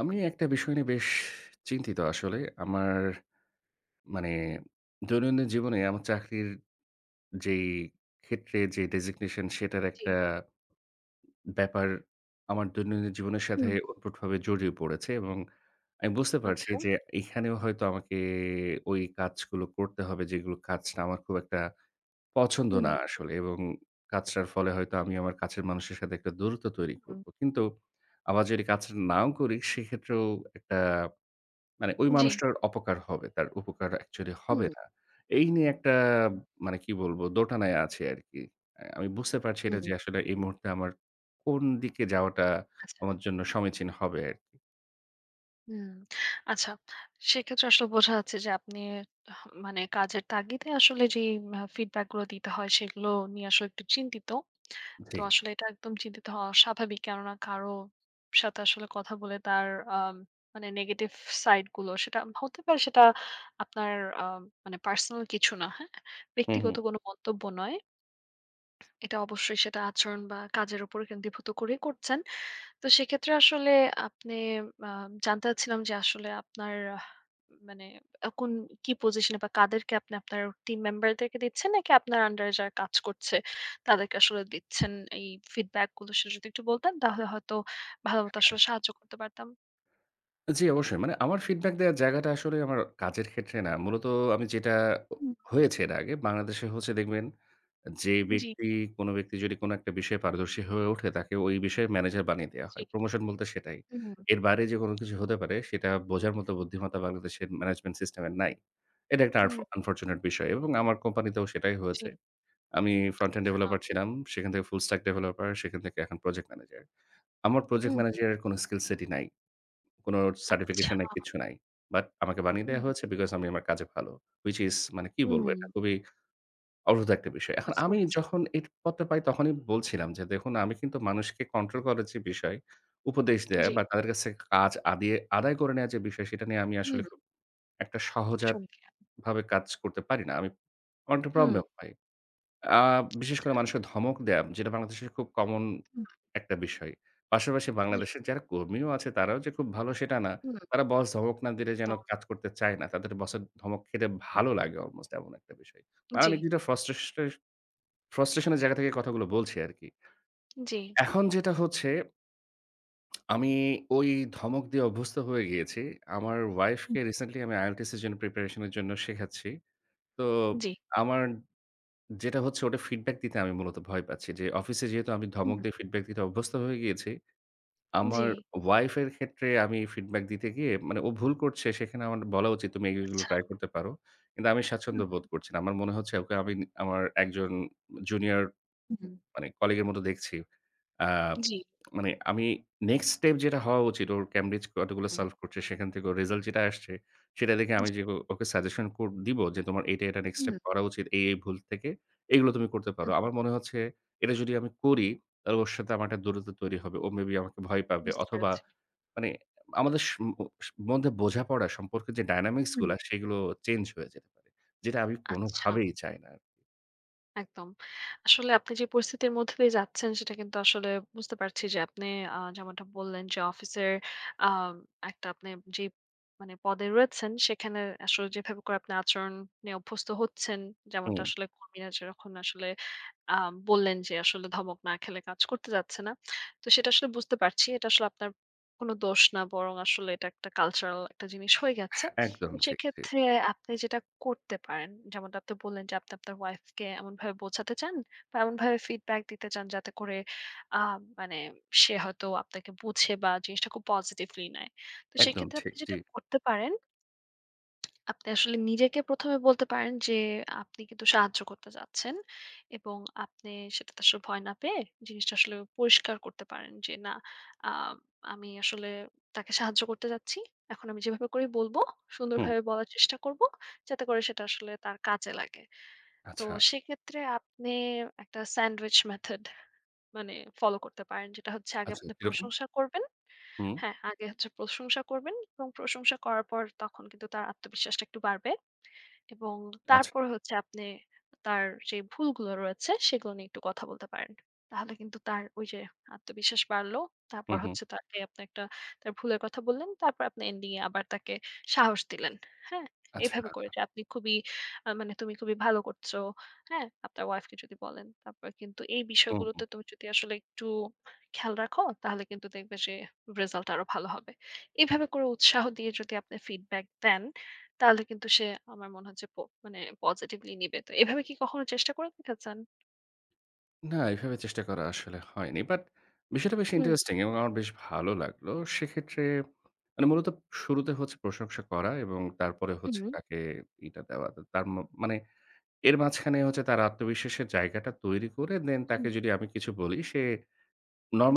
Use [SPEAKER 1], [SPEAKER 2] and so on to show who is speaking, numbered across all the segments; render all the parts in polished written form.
[SPEAKER 1] আমি একটা বিষয় নিয়ে বেশ চিন্তিত আসলে। আমার মানে দৈনন্দিন জীবনে আমার চাকরির যেই ক্ষেত্রে যে ডেজিগনেশন সেটার
[SPEAKER 2] জি।
[SPEAKER 1] একটা ব্যাপার আমার দৈনন্দিন জীবনের সাথে
[SPEAKER 2] হুম,
[SPEAKER 1] ওতপ্রোতভাবে জড়িয়ে পড়েছে এবং আমি বুঝতে পারছি
[SPEAKER 2] আচ্ছা।
[SPEAKER 1] যে এখানেও হয়তো আমাকে ওই কাজগুলো করতে হবে যেগুলো কাজটা আমার খুব একটা পছন্দ
[SPEAKER 2] হুম,
[SPEAKER 1] না আসলে এবং কাজটার ফলে হয়তো আমি আমার কাছের মানুষের সাথে একটা দূরত্ব তৈরি
[SPEAKER 2] হুম।
[SPEAKER 1] করব। কিন্তু আবার যদি কাজটা নাও করি সেক্ষেত্রেও একটা মানে ওই
[SPEAKER 2] জি।
[SPEAKER 1] মানুষটার অপকার হবে। তার উপকার অ্যাকচুয়ালি হবে
[SPEAKER 2] হুম,
[SPEAKER 1] না। এই নিয়ে একটা মানে কি বলবো? দোটানায় আছি আরকি। আমি বুঝতে পারছি না
[SPEAKER 2] হুম,
[SPEAKER 1] যে আসলে এই মুহূর্তে আমার কোন দিকে যাওয়াটা
[SPEAKER 2] আচ্ছা।
[SPEAKER 1] আমার জন্য সমীচীন হবে আরকি।
[SPEAKER 2] হুম, আচ্ছা। সেক্ষেত্রে আসলে বোঝা যাচ্ছে যে আপনি মানে কাজের তাগিদে আসলে যেই ফিডব্যাক গুলো দিতে হয় সেগুলো নিয়ে আসলে একটু চিন্তিত।
[SPEAKER 1] জি।
[SPEAKER 2] তো আসলে এটা একদম চিন্তিত হওয়া স্বাভাবিক। কেননা কারো সাথে আসলে কথা বলে তার আম মানে নেগেটিভ সাইড গুলো সেটা হতে পারে সেটা আপনার আ মানে পার্সোনাল কিছু না, হ্যাঁ?
[SPEAKER 1] হুম, হুম।
[SPEAKER 2] ব্যক্তিগত কোনো মন্তব্য নয়। এটা অবশ্যই সেটা আচরণ বা কাজের উপর কেন্দ্রীভূত করেই করছেন। তো সেক্ষেত্রে আসলে আপনি আ জানতে চাচ্ছিলাম যে আসলে আপনার মানে আ কোন কি পজিশনে বা কাদেরকে আপনি আপনার টিম মেম্বারদেরকে দিচ্ছেন নাকি আপনার আন্ডারে যারা কাজ করছে তাদেরকে আসলে দিচ্ছেন এই ফিডব্যাক গুলো সেটা যদি একটু বলতেন তাহলে হয়তো ভালোমতো
[SPEAKER 1] হ্যাঁ।
[SPEAKER 2] আসলে সাহায্য করতে পারতাম।
[SPEAKER 1] জি, অবশ্যই। মানে আমার ফিডব্যাক দেওয়ার জায়গাটা আসলে আমার কাজের ক্ষেত্রে না। মূলত আমি যেটা
[SPEAKER 2] হুম,
[SPEAKER 1] হয়েছে এর আগে বাংলাদেশে হচ্ছে দেখবেন যে
[SPEAKER 2] জি,
[SPEAKER 1] কোনো ব্যক্তি যদি কোনো একটা বিষয়ে পারদর্শী হয়ে ওঠে, তাকে ওই বিষয়ের ম্যানেজার বানিয়ে দেয়া
[SPEAKER 2] জি।
[SPEAKER 1] হয়। প্রমোশন বলতে সেটাই।
[SPEAKER 2] হুম,
[SPEAKER 1] এর বাইরে যে কোনো কিছু
[SPEAKER 2] জি,
[SPEAKER 1] হতে পারে সেটা বোঝার মতো বুদ্ধিমত্তা বাংলাদেশের ম্যানেজমেন্ট সিস্টেম এর নাই। এটা একটা
[SPEAKER 2] হুম,
[SPEAKER 1] আনফরচুনেট বিষয় এবং আমার কোম্পানিতেও সেটাই
[SPEAKER 2] জি,
[SPEAKER 1] হয়েছে। আমি ফ্রন্ট এন্ড
[SPEAKER 2] আ
[SPEAKER 1] ডেভেলপার ছিলাম। সেখান থেকে ফুল স্ট্যাক ডেভেলপার, সেখান থেকে এখন প্রজেক্ট ম্যানেজার। আমার প্রজেক্ট
[SPEAKER 2] হুম,
[SPEAKER 1] ম্যানেজারের কোনো স্কিল সেটই নাই। কোনো
[SPEAKER 2] আচ্ছা।
[SPEAKER 1] সার্টিফিকেশন নাই, কিচ্ছু নাই। বাট আমাকে বানিয়ে
[SPEAKER 2] হুম,
[SPEAKER 1] দেয়া হয়েছে বিকজ আমি আমার কাজে ভালো। হুইচ ইস মানে কি বলবো
[SPEAKER 2] হুম,
[SPEAKER 1] এটা খুবই অবরোধ একটা বিষয়। এখন
[SPEAKER 2] বুঝতে
[SPEAKER 1] আমি
[SPEAKER 2] পেরেছি।
[SPEAKER 1] যখন এই পত্র পাই তখনই বলছিলাম যে, "দেখুন আমি কিন্তু মানুষকে কন্ট্রোল করার যে বিষয়, উপদেশ দেয়া
[SPEAKER 2] জি,
[SPEAKER 1] বা তাদের কাছে কাজ আদিয়ে আদায় করে নেওয়ার যে বিষয় সেটা নিয়ে আমি আসলে
[SPEAKER 2] হুম,
[SPEAKER 1] খুব একটা সহজাতভাবে
[SPEAKER 2] শুনছি।
[SPEAKER 1] কাজ করতে পারি না। আমি অনেকটা
[SPEAKER 2] হুম।
[SPEAKER 1] প্রবলেম পাই।" আ বিশেষ
[SPEAKER 2] আচ্ছা।
[SPEAKER 1] করে মানুষকে ধমক দেয়া যেটা বাংলাদেশের খুব কমন
[SPEAKER 2] হুম,
[SPEAKER 1] একটা বিষয়। পাশাপাশি
[SPEAKER 2] জি,
[SPEAKER 1] বাংলাদেশের যারা কর্মীও আছে তারাও যে খুব ভালো সেটা না।
[SPEAKER 2] হুম,
[SPEAKER 1] তারা বস ধমক না দিলে যেন
[SPEAKER 2] তো
[SPEAKER 1] কাজ করতে চায় না। তাদের বসের ধমক খেতে ভালো লাগে অলমোস্ট এমন একটা বিষয়। মানে
[SPEAKER 2] জি,
[SPEAKER 1] আমি কিছুটা ফ্রাস্ট্রেশন ফ্রাস্ট্রেশন এর জায়গা থেকে কথাগুলো বলছি আরকি।
[SPEAKER 2] জি,
[SPEAKER 1] এখন যেটা হচ্ছে আমি ওই ধমক দিয়ে অভ্যস্ত হয়ে গিয়েছি। আমার ওয়াইফকে
[SPEAKER 2] হুম।
[SPEAKER 1] রিসেন্টলি আমি IELTS এর জন্য প্রিপারেশন এর জন্য শেখাচ্ছি। তো
[SPEAKER 2] জি,
[SPEAKER 1] আমার যেটা হচ্ছে ওটা ফিডব্যাক দিতে আমি মূলত ভয় পাচ্ছি যে অফিসে যেহেতু আমি
[SPEAKER 2] হুম।
[SPEAKER 1] ধমক দিয়ে ফিডব্যাক দিতে অভ্যস্ত হয়ে গিয়েছি, আমার
[SPEAKER 2] জি,
[SPEAKER 1] ওয়াইফ এর ক্ষেত্রে আমি ফিডব্যাক দিতে গিয়ে মানে ও ভুল করছে সেখানে আমার বলা উচিত তুমি এগুলো
[SPEAKER 2] আচ্ছা।
[SPEAKER 1] ট্রাই করতে পারো। কিন্তু আমি
[SPEAKER 2] হুম,
[SPEAKER 1] স্বাচ্ছন্দ্য বোধ করছি না। আমার মনে হচ্ছে ওকে আমি আমার একজন জুনিয়র
[SPEAKER 2] হুম।
[SPEAKER 1] মানে কলিগের মতো দেখছি। আ
[SPEAKER 2] জি,
[SPEAKER 1] মানে আমি নেক্সট স্টেপ যেটা হওয়া উচিত ওর Cambridge কতগুলো
[SPEAKER 2] হুম,
[SPEAKER 1] সলভ করছে সেখান থেকে ওর রেজাল্ট যেটা আসছে সেটা দেখে আমি
[SPEAKER 2] জি,
[SPEAKER 1] যে ওকে সাজেশন দিব যে তোমার এটা, এটা নেক্সট
[SPEAKER 2] হুম,
[SPEAKER 1] স্টেপ করা উচিত এই, এই ভুল থেকে এগুলো তুমি করতে পারো।
[SPEAKER 2] হুম।
[SPEAKER 1] আমার মনে হচ্ছে এটা যদি আমি করি তাহলে ওর সাথে আমার একটা দূরত্ব তৈরি হবে। ও মেবি আমাকে ভয় পাবে
[SPEAKER 2] বুঝতে
[SPEAKER 1] অথবা
[SPEAKER 2] পেরেছি।
[SPEAKER 1] মানে আমাদের স ম স মধ্যে বোঝাপড়া সম্পর্কের যে ডায়নামিক্স
[SPEAKER 2] হুম।
[SPEAKER 1] গুলা সেগুলো চেঞ্জ হয়ে যেতে পারে। যেটা আমি
[SPEAKER 2] আচ্ছা।
[SPEAKER 1] কোনোভাবেই চাই না।
[SPEAKER 2] একদম। আসলে আপনি যে পরিস্থিতির মধ্যে দিয়ে যাচ্ছেন সেটা কিন্তু আসলে বুঝতে পারছি যে আপনি যেমনটা বললেন যে অফিসের আ একটা আপনি যে মানে পদে রয়েছেন সেখানে আসলে যেভাবে করে আপনি আচরণ নিয়ে অভ্যস্ত হচ্ছেন, যেমনটা
[SPEAKER 1] হুম,
[SPEAKER 2] আসলে কর্মীরা যখন আসলে আ বললেন যে আসলে ধমক না খেলে কাজ করতে যাচ্ছে না। তো সেটা আসলে বুঝতে পারছি। এটা আসলে আপনার কোনো দোষ না বরং আসলে এটা একটা কালচারাল একটা জিনিস হয়ে গেছে।
[SPEAKER 1] একদম
[SPEAKER 2] তো
[SPEAKER 1] ঠিক, ঠিক।
[SPEAKER 2] সেক্ষেত্রে আপনি যেটা করতে পারেন, যেমনটা আপনি বললেন যে আপনি আপনার ওয়াইফকে এমনভাবে বোঝাতে চান বা এমনভাবে ফিডব্যাক দিতে চান যাতে করে আ মানে সে হয়তো আপনাকে বুঝে বা জিনিসটা খুব পজিটিভলি নেয়। তো
[SPEAKER 1] একদম
[SPEAKER 2] সেক্ষেত্রে
[SPEAKER 1] ঠিক।
[SPEAKER 2] আপনি
[SPEAKER 1] জি।
[SPEAKER 2] যেটা করতে পারেন আপনি আসলে নিজেকে ১ম এ বলতে পারেন যে, আপনি কিন্তু সাহায্য করতে চাচ্ছেন এবং আপনি সেটাতে আসলে ভয় না পেয়ে জিনিসটা আসলে পরিষ্কার করতে পারেন যে, "না, আ আমি আসলে তাকে সাহায্য করতে চাচ্ছি। এখন আমি যেভাবে করি বলব,
[SPEAKER 1] হুম।
[SPEAKER 2] সুন্দরভাবে বলার চেষ্টা করব, যাতে করে সেটা আসলে তার কাজে লাগে।" তো
[SPEAKER 1] আচ্ছা,
[SPEAKER 2] সেক্ষেত্রে আপনি একটা স্যান্ডউইচ মেথড মানে ফলো করতে পারেন। যেটা হচ্ছে আগে
[SPEAKER 1] আচ্ছা
[SPEAKER 2] আপনি
[SPEAKER 1] কিরকম?
[SPEAKER 2] প্রশংসা করবেন।
[SPEAKER 1] হুম।
[SPEAKER 2] হ্যাঁ, আগে হচ্ছে প্রশংসা করবেন এবং প্রশংসা করার পর তখন কিন্তু তার আত্মবিশ্বাসটা একটু বাড়বে। এবং
[SPEAKER 1] আচ্ছা।
[SPEAKER 2] তারপর হচ্ছে আপনি তার যে ভুলগুলো রয়েছে সেগুলো নিয়ে একটু কথা বলতে পারেন। তাহলে কিন্তু তার ওই যে আত্মবিশ্বাস বাড়লো।
[SPEAKER 1] হুম,
[SPEAKER 2] তারপর
[SPEAKER 1] হুম।
[SPEAKER 2] হচ্ছে তাকে আপনি একটা তার ভুলের কথা বললেন। তারপর আপনি এন্ডিং এ আবার তাকে সাহস দিলেন। হ্যাঁ?
[SPEAKER 1] আচ্ছা।
[SPEAKER 2] এভাবে করে যে আপনি খুবই মানে তুমি খুবই ভালো করছো। হ্যাঁ? আপনার ওয়াইফকে যদি বলেন, তারপর কিন্তু এই
[SPEAKER 1] হুম, হুম।
[SPEAKER 2] বিষয়গুলোতে তুমি যদি আসলে একটু খেয়াল রাখো, তাহলে কিন্তু দেখবে যে রেজাল্ট আরো ভালো হবে। এভাবে করে উৎসাহ দিয়ে যদি আপনি ফিডব্যাক দেন, তাহলে কিন্তু সে আমার মনে হচ্ছে মানে পজিটিভলি নিবে। তো এভাবে কি কখনো চেষ্টা করে দেখেছেন?
[SPEAKER 1] না এভাবে চেষ্টা করা আসলে হয়নি। বাট বিষয়টা বেশ
[SPEAKER 2] হুম,
[SPEAKER 1] ইন্টারেস্টিং এবং আমার বেশ ভালো লাগলো। সেক্ষেত্রে মানে মূলত শুরুতে হচ্ছে প্রশংসা করা এবং তারপরে
[SPEAKER 2] হুম,
[SPEAKER 1] হচ্ছে তাকে এটা দেওয়া। তো তার মানে এর মাঝখানে হচ্ছে তার আত্মবিশ্বাসের জায়গাটা তৈরি করে দেন তাকে
[SPEAKER 2] হুম।
[SPEAKER 1] যদি আমি কিছু বলি সে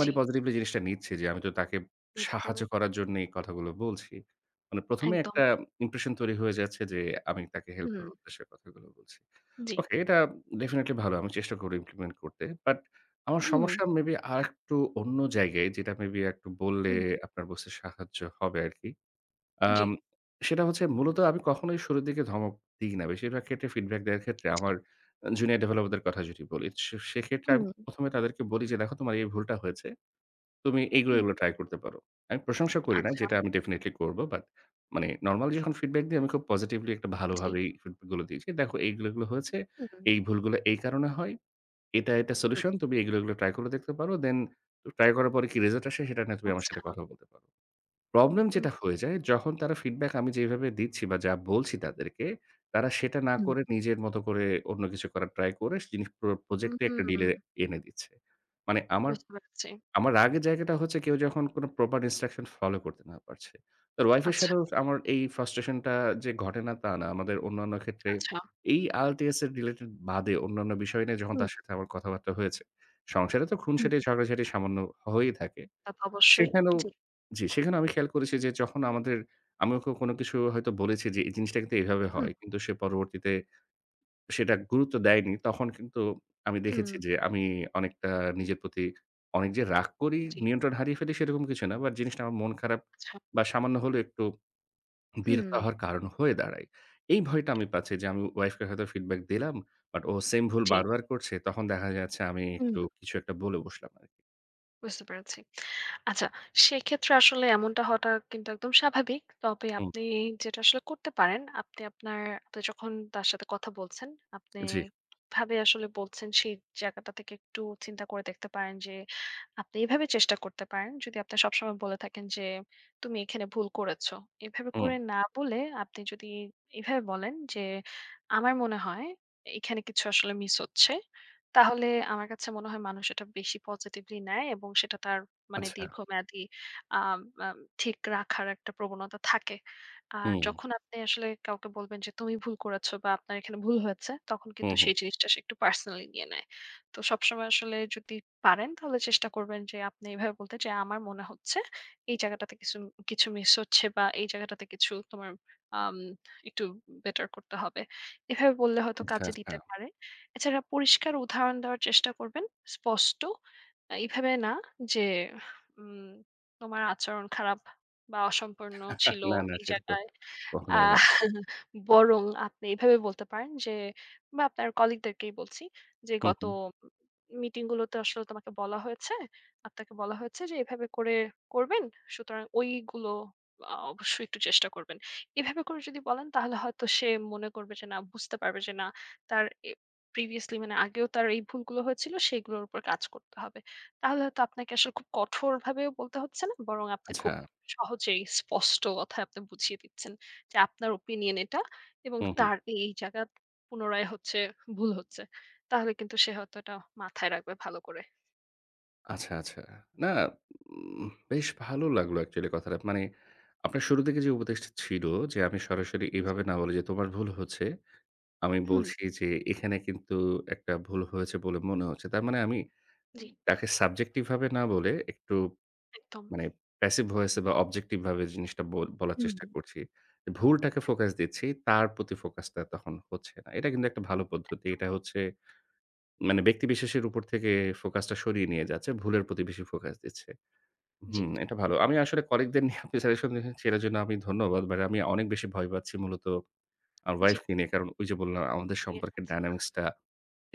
[SPEAKER 2] জি,
[SPEAKER 1] পজিটিভলি জিনিসটা নিচ্ছে যে আমি তো তাকে
[SPEAKER 2] নিতে
[SPEAKER 1] সাহায্য
[SPEAKER 2] পারবেন।
[SPEAKER 1] করার জন্য এই কথাগুলো বলছি। মানে ১ম এ
[SPEAKER 2] একদম।
[SPEAKER 1] একটা ইমপ্রেশন তৈরি হয়ে যাচ্ছে যে আমি তাকে হেল্প
[SPEAKER 2] হুম,
[SPEAKER 1] করার উদ্দেশ্যে কথাগুলো বলছি।
[SPEAKER 2] জি।
[SPEAKER 1] ওকে এটা ডেফিনিটলি ভালো। আমি চেষ্টা করব ইমপ্লিমেন্ট করতে। বাট আমার
[SPEAKER 2] হুম,
[SPEAKER 1] সমস্যা মেবি আরেকটু অন্য জায়গায় যেটা মেবি একটু বললে
[SPEAKER 2] হুম,
[SPEAKER 1] আপনার বসের সাহায্য হবে আরকি।
[SPEAKER 2] জি,
[SPEAKER 1] আম সেটা হচ্ছে মূলত আমি কখনোই শুরুর দিকে ধমক দিই না। বেশিরভাগ ক্ষেত্রে ফিডব্যাক দেওয়ার ক্ষেত্রে
[SPEAKER 2] জি।
[SPEAKER 1] আমার জুনিয়র ডেভেলপারদের কথা যদি বলি, সেক্ষেত্রে আমি
[SPEAKER 2] হুম,
[SPEAKER 1] ১ম এ তাদেরকে বলি যে দেখো তোমার এই ভুলটা হয়েছে। তুমি এগুলো,
[SPEAKER 2] হুম।
[SPEAKER 1] এগুলো ট্রাই করতে পারো। আমি প্রশংসা করি না,
[SPEAKER 2] আচ্ছা,
[SPEAKER 1] যেটা আমি ডেফিনিটলি করব। বাট মানে নরমালি যখন ফিডব্যাক দিই আমি খুব পজিটিভলি একটা
[SPEAKER 2] জি।
[SPEAKER 1] ভালোভাবেই ফিডব্যাক গুলো দিয়েছি। দেখো এইগুলো, এগুলো হয়েছে।
[SPEAKER 2] হুম,
[SPEAKER 1] এই ভুলগুলো এই কারণে হয়। এটা, এটা
[SPEAKER 2] হুম,
[SPEAKER 1] সলিউশন। তুমি এগুলো, এগুলো ট্রাই করে দেখতে পারো। দেন ট্রাই করার পরে কি রেজাল্ট আসে সেটা নিয়ে তুমি আমার
[SPEAKER 2] আচ্ছা।
[SPEAKER 1] সাথে কথা বলতে পারো। প্রবলেম
[SPEAKER 2] হুম,
[SPEAKER 1] যেটা হয়ে যায় যখন তারা ফিডব্যাক আমি যেভাবে দিচ্ছি বা যা বলছি তাদেরকে, তারা সেটা না
[SPEAKER 2] হুম।
[SPEAKER 1] করে নিজের মতো করে অন্য কিছু করার ট্রাই করে জিনিস পুরো প্রজেক্টে একটা
[SPEAKER 2] হুম,
[SPEAKER 1] ডিলে এনে দিচ্ছে। মানে আমার
[SPEAKER 2] বুঝতে পেরেছি।
[SPEAKER 1] আমার রাগের জায়গাটা হচ্ছে কেউ যখন কোনো প্রপার ইনস্ট্রাকশন ফলো করতে না পারছে। তোর ওয়াইফের
[SPEAKER 2] আচ্ছা।
[SPEAKER 1] সাথেও আমার এই ফ্রাস্ট্রেশনটা যে ঘটে না তা না। আমাদের অন্যান্য ক্ষেত্রে
[SPEAKER 2] আচ্ছা।
[SPEAKER 1] এই IELTS এর রিলেটেড বাদে অন্যান্য বিষয় নিয়ে যখন
[SPEAKER 2] হুম,
[SPEAKER 1] তার সাথে আমার কথাবার্তা হয়েছে, সংসারে তো
[SPEAKER 2] হুম।
[SPEAKER 1] খুনসুটি ঝগড়াঝাটি সামান্য হয়েই থাকে।
[SPEAKER 2] তা তো অবশ্যই।
[SPEAKER 1] সেখানেও
[SPEAKER 2] জি।
[SPEAKER 1] জি, সেখানেও আমি খেয়াল করেছি যে যখন আমাদের আমি ওকে কোনো কিছু হয়তো বলেছি যে এই জিনিসটা কিন্তু এভাবে
[SPEAKER 2] হুম,
[SPEAKER 1] হয়। কিন্তু সে পরবর্তীতে সেটা গুরুত্ব দেয়নি, তখন কিন্তু আমি
[SPEAKER 2] হুম।
[SPEAKER 1] দেখেছি যে আমি অনেকটা নিজের প্রতি অনেক যে রাগ করি,
[SPEAKER 2] জি।
[SPEAKER 1] নিয়ন্ত্রণ হারিয়ে ফেলি সেরকম কিছু না। বাট জিনিসটা আমার মন খারাপ
[SPEAKER 2] আচ্ছা।
[SPEAKER 1] বা সামান্য হলেও একটু বিরক্ত
[SPEAKER 2] হুম।
[SPEAKER 1] হওয়ার কারণ হয়ে দাঁড়ায়। এই ভয়টা আমি পাচ্ছি যে আমি ওয়াইফকে হয়তো ফিডব্যাক দিলাম, বাট ও সেম ভুল
[SPEAKER 2] জি।
[SPEAKER 1] বারবার করছে। তখন দেখা যাচ্ছে আমি
[SPEAKER 2] হুম।
[SPEAKER 1] একটু কিছু একটা বলে বসলাম আরকি।
[SPEAKER 2] বুঝতে পেরেছি। আচ্ছা, সেক্ষেত্রে আসলে এমনটা হওয়াটা কিন্তু একদম স্বাভাবিক। তবে
[SPEAKER 1] হুম,
[SPEAKER 2] আপনি যেটা আসলে করতে পারেন, আপনি আপনার আপনি যখন তার সাথে কথা বলছেন, আপনি
[SPEAKER 1] জি,
[SPEAKER 2] কিভাবে আসলে বলছেন সেই জায়গাটা থেকে একটু চিন্তা করে দেখতে পারেন যে, আপনি এভাবে চেষ্টা করতে পারেন। যদি আপনি সবসময় বলে থাকেন যে, "তুমি এখানে ভুল করেছো।" এভাবে
[SPEAKER 1] হুম,
[SPEAKER 2] করে না বলে আপনি যদি এভাবে বলেন যে, "আমার মনে হয় এখানে কিছু আসলে মিস হচ্ছে।" তাহলে আমার কাছে মনে হয় মানুষ এটা বেশি পজিটিভলি নেয় এবং সেটা তার মানে
[SPEAKER 1] আচ্ছা,
[SPEAKER 2] দীর্ঘমেয়াদী আম আম ঠিক রাখার একটা প্রবণতা থাকে। আর
[SPEAKER 1] হুম,
[SPEAKER 2] যখন আপনি আসলে কাউকে বলবেন যে, "তুমি ভুল করেছো বা আপনার এখানে ভুল হয়েছে," তখন
[SPEAKER 1] হুম,
[SPEAKER 2] কিন্তু
[SPEAKER 1] হুম,
[SPEAKER 2] সেই জিনিসটা সে একটু পার্সোনালি নিয়ে নেয়। তো সবসময় আসলে যদি পারেন তাহলে চেষ্টা করবেন যে আপনি এভাবে বলতে যে, "আমার মনে হচ্ছে এই জায়গাটাতে কিছু কিছু মিস হচ্ছে বা এই জায়গাটাতে কিছু তোমার আম একটু বেটার করতে হবে।" এভাবে বললে হয়তো
[SPEAKER 1] আচ্ছা,
[SPEAKER 2] কাজে
[SPEAKER 1] আচ্ছা।
[SPEAKER 2] দিতে পারে। এছাড়া পরিষ্কার উদাহরণ দেওয়ার চেষ্টা করবেন। স্পষ্ট, এভাবে না যে উম তোমার আচরণ খারাপ বা অসম্পূর্ণ ছিল
[SPEAKER 1] না, না
[SPEAKER 2] এই
[SPEAKER 1] সেটা তো
[SPEAKER 2] জায়গায়।
[SPEAKER 1] কখনোই না।
[SPEAKER 2] আহ বরং আপনি এভাবে বলতে পারেন যে বা আপনার কলিগদেরকেই বলছি যে
[SPEAKER 1] হুম,
[SPEAKER 2] গত
[SPEAKER 1] হুম,
[SPEAKER 2] মিটিং গুলোতে আসলে তোমাকে বলা হয়েছে, আপনাকে বলা হয়েছে যে এভাবে করে করবেন। সুতরাং ওইগুলো অবশ্যই একটু চেষ্টা করবেন। এভাবে করে যদি বলেন তাহলে হয়তো সে মনে করবে যে না বুঝতে পারবে যে না তার প্রিভিয়াসলি মানে আগেও তার এই ভুলগুলো হয়েছিল সেগুলোর উপর কাজ করতে হবে। তাহলে তো আপনাকে আসলে খুব কঠোরভাবেও বলতে হচ্ছে না। বরং আপনি
[SPEAKER 1] আচ্ছা,
[SPEAKER 2] খুব সহজেই স্পষ্ট কথায় আপনি বুঝিয়ে দিচ্ছেন যে আপনার ওপিনিয়ন এটা এবং
[SPEAKER 1] হুম, হুম।
[SPEAKER 2] তার এই জায়গা পুনরায় হচ্ছে ভুল হচ্ছে। তাহলে কিন্তু সে হয়তো এটা মাথায় রাখবে ভালো করে।
[SPEAKER 1] আচ্ছা, আচ্ছা। না, বেশ ভালো লাগলো অ্যাকচুয়ালি কথাটা। মানে আপনার শুরু থেকে যে উপদেশটা ছিল যে, আমি সরাসরি
[SPEAKER 2] জি।
[SPEAKER 1] এভাবে না বলে যে, "তোমার ভুল হচ্ছে।" আমি
[SPEAKER 2] হুম।
[SPEAKER 1] বলছি যে, "এখানে কিন্তু একটা ভুল হয়েছে বলে মনে হচ্ছে।" তার মানে আমি
[SPEAKER 2] জি,
[SPEAKER 1] তাকে সাবজেক্টিভ ভাবে না বলে একটু
[SPEAKER 2] একদম।
[SPEAKER 1] মানে প্যাসিভ ভয়েসে বা অবজেক্টিভ ভাবে জিনিসটা বলার
[SPEAKER 2] হুম।
[SPEAKER 1] চেষ্টা করছি। ভুলটাকে ফোকাস
[SPEAKER 2] একদম,
[SPEAKER 1] দিচ্ছি, তার প্রতি ফোকাসটা তখন হচ্ছে না। এটা কিন্তু একটা ভালো পদ্ধতি।
[SPEAKER 2] একদম।
[SPEAKER 1] এটা হচ্ছে মানে ব্যক্তিবিশেষের উপর থেকে ফোকাসটা সরিয়ে নিয়ে যাচ্ছে, ভুলের প্রতি বেশি ফোকাস দিচ্ছে।
[SPEAKER 2] জি,
[SPEAKER 1] হুম, এটা ভালো। আমি আসলে কলিগদের নিয়ে আপনি সাজেশন দিয়েছেন সেটার জন্য আমি ধন্যবাদ। বাট আমি অনেক বেশি ভয় পাচ্ছি মূলত আমার ওয়াইফকে নিয়ে। কারণ ওই যে বললাম আমাদের
[SPEAKER 2] জি,
[SPEAKER 1] সম্পর্কের
[SPEAKER 2] আচ্ছা।
[SPEAKER 1] ডায়নামিক্স টা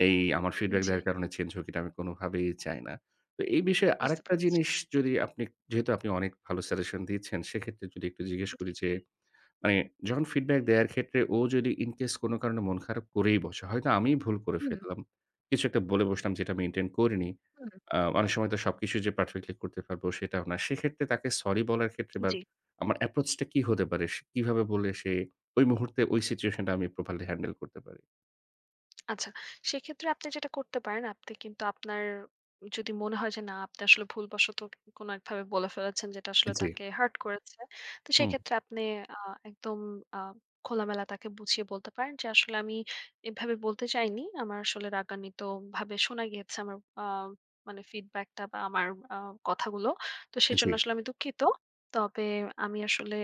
[SPEAKER 1] এই আমার ফিডব্যাক
[SPEAKER 2] জি,
[SPEAKER 1] দেওয়ার কারণে চেঞ্জ হোক এটা আমি কোনোভাবেই চাই না। তো এই বিষয়ে
[SPEAKER 2] বুঝতে
[SPEAKER 1] আরেকটা
[SPEAKER 2] পারছি।
[SPEAKER 1] জিনিস যদি আপনি যেহেতু আপনি অনেক ভালো সাজেশন দিয়েছেন সেক্ষেত্রে যদি একটু জিজ্ঞেস করি
[SPEAKER 2] জি।
[SPEAKER 1] যে মানে যখন ফিডব্যাক দেওয়ার ক্ষেত্রে ও যদি ইন কেস কোনো কারণে মন খারাপ করেই বসে, হয়তো আমিই ভুল করে
[SPEAKER 2] হুম।
[SPEAKER 1] ফেললাম। কিছু একটা বলে বসলাম যেটা আমি ইনটেন্ড করিনি।
[SPEAKER 2] হুম,
[SPEAKER 1] অনেক সময় তো সবকিছু যে পারফেক্টলি করতে পারবো সেটাও না। সেক্ষেত্রে তাকে সরি বলার ক্ষেত্রে বা
[SPEAKER 2] জি।
[SPEAKER 1] আমার অ্যাপ্রোচ টা কি হতে পারে? সে কিভাবে বললে সে ওই মুহূর্তে ওই সিচুয়েশন টা আমি প্রপারলি হ্যান্ডেল করতে পারি?
[SPEAKER 2] আচ্ছা, সেক্ষেত্রে আপনি যেটা করতে পারেন, আপনি কিন্তু আপনার যদি মনে হয় যে না, আপনি আসলে ভুলবশত কোনো একভাবে বলে ফেলেছেন যেটা আসলে
[SPEAKER 1] জি,
[SPEAKER 2] তাকে হার্ট করেছে। তো
[SPEAKER 1] হুম,
[SPEAKER 2] সেক্ষেত্রে আপনি আ একদম আ খোলামেলা তাকে বুঝিয়ে বলতে পারেন যে, "আসলে আমি এভাবে বলতে চাইনি। আমার আসলে রাগান্বিতভাবে শোনা গিয়েছে আমার মানে ফিডব্যাকটা বা আমার আ কথাগুলো। তো
[SPEAKER 1] জি,
[SPEAKER 2] সেজন্য আসলে আমি দুঃখিত। তবে আমি আসলে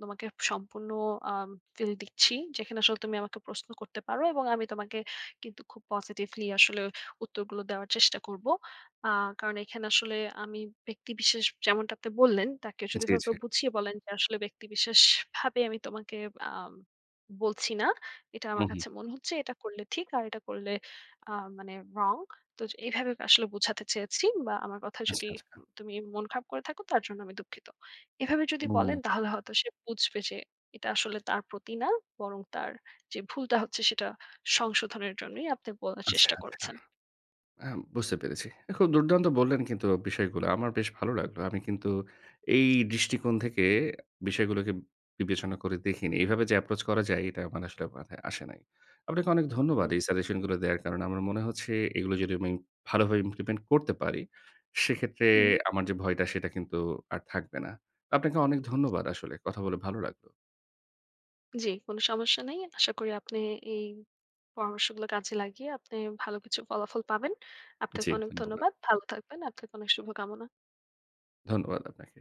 [SPEAKER 2] তোমাকে সম্পূর্ণ আ ফিল দিচ্ছি। যেখানে আসলে তুমি আমাকে প্রশ্ন করতে পারো এবং আমি তোমাকে কিন্তু খুব পজিটিভলি আসলে উত্তরগুলো দেওয়ার চেষ্টা করব। আ কারণ এখানে আসলে আমি ব্যক্তিবিশেষ যেমনটা আপনি বললেন, তাকে যদি
[SPEAKER 1] জি,
[SPEAKER 2] এভাবে
[SPEAKER 1] জি।
[SPEAKER 2] করে বুঝিয়ে বলেন যে আসলে ব্যক্তিবিশেষ ভাবে আমি তোমাকে আম বলছি না। এটা আমার
[SPEAKER 1] হুম, হুম।
[SPEAKER 2] কাছে মনে হচ্ছে এটা করলে ঠিক আর এটা করলে আ মানে রং। তো এইভাবে আসলে বোঝাতে চেয়েছি বা আমার কথা যদি
[SPEAKER 1] আচ্ছা, আচ্ছা।
[SPEAKER 2] তুমি মন খারাপ করে থাকো তার জন্য আমি দুঃখিত।" এভাবে যদি
[SPEAKER 1] হুম,
[SPEAKER 2] বলেন তাহলে হয়তো সে বুঝবে যে এটা আসলে তার প্রতি না বরং তার যে ভুলটা হচ্ছে সেটা সংশোধনের জন্যই আপনি বলার
[SPEAKER 1] আচ্ছা,
[SPEAKER 2] চেষ্টা
[SPEAKER 1] আচ্ছা।
[SPEAKER 2] করছেন।
[SPEAKER 1] আ বুঝতে পেরেছি। খুব দুর্দান্ত বললেন কিন্তু বিষয়গুলো। আমার বেশ ভালো লাগলো। আমি কিন্তু এই দৃষ্টিকোণ থেকে বিষয়গুলোকে বিবেচনা করে দেখিনি। এভাবে যে approach করা যায় এটা আমার আসলে মাথায় আসে নাই। আপনাকে অনেক ধন্যবাদ
[SPEAKER 2] হুম,
[SPEAKER 1] এই সাজেশন গুলো দেওয়ার কারণে। আমার মনে হচ্ছে এগুলো যদি আমি ভালোভাবে implement করতে পারি, সেক্ষেত্রে
[SPEAKER 2] হুম।
[SPEAKER 1] আমার যে ভয়টা সেটা কিন্তু আর থাকবে না। আপনাকে অনেক ধন্যবাদ আসলে। কথা বলে ভালো লাগলো।
[SPEAKER 2] জি, কোন সমস্যা নেই। আশা করি আপনি এই পরামর্শগুলো কাজে লাগিয়ে আপনি ভালো কিছু ফলাফল পাবেন। আপনাকে
[SPEAKER 1] জি,
[SPEAKER 2] অনেক
[SPEAKER 1] ধন্যবাদ।
[SPEAKER 2] ধন্যবাদ। ভালো থাকবেন। আপনাকে অনেক শুভকামনা।
[SPEAKER 1] ধন্যবাদ আপনাকে।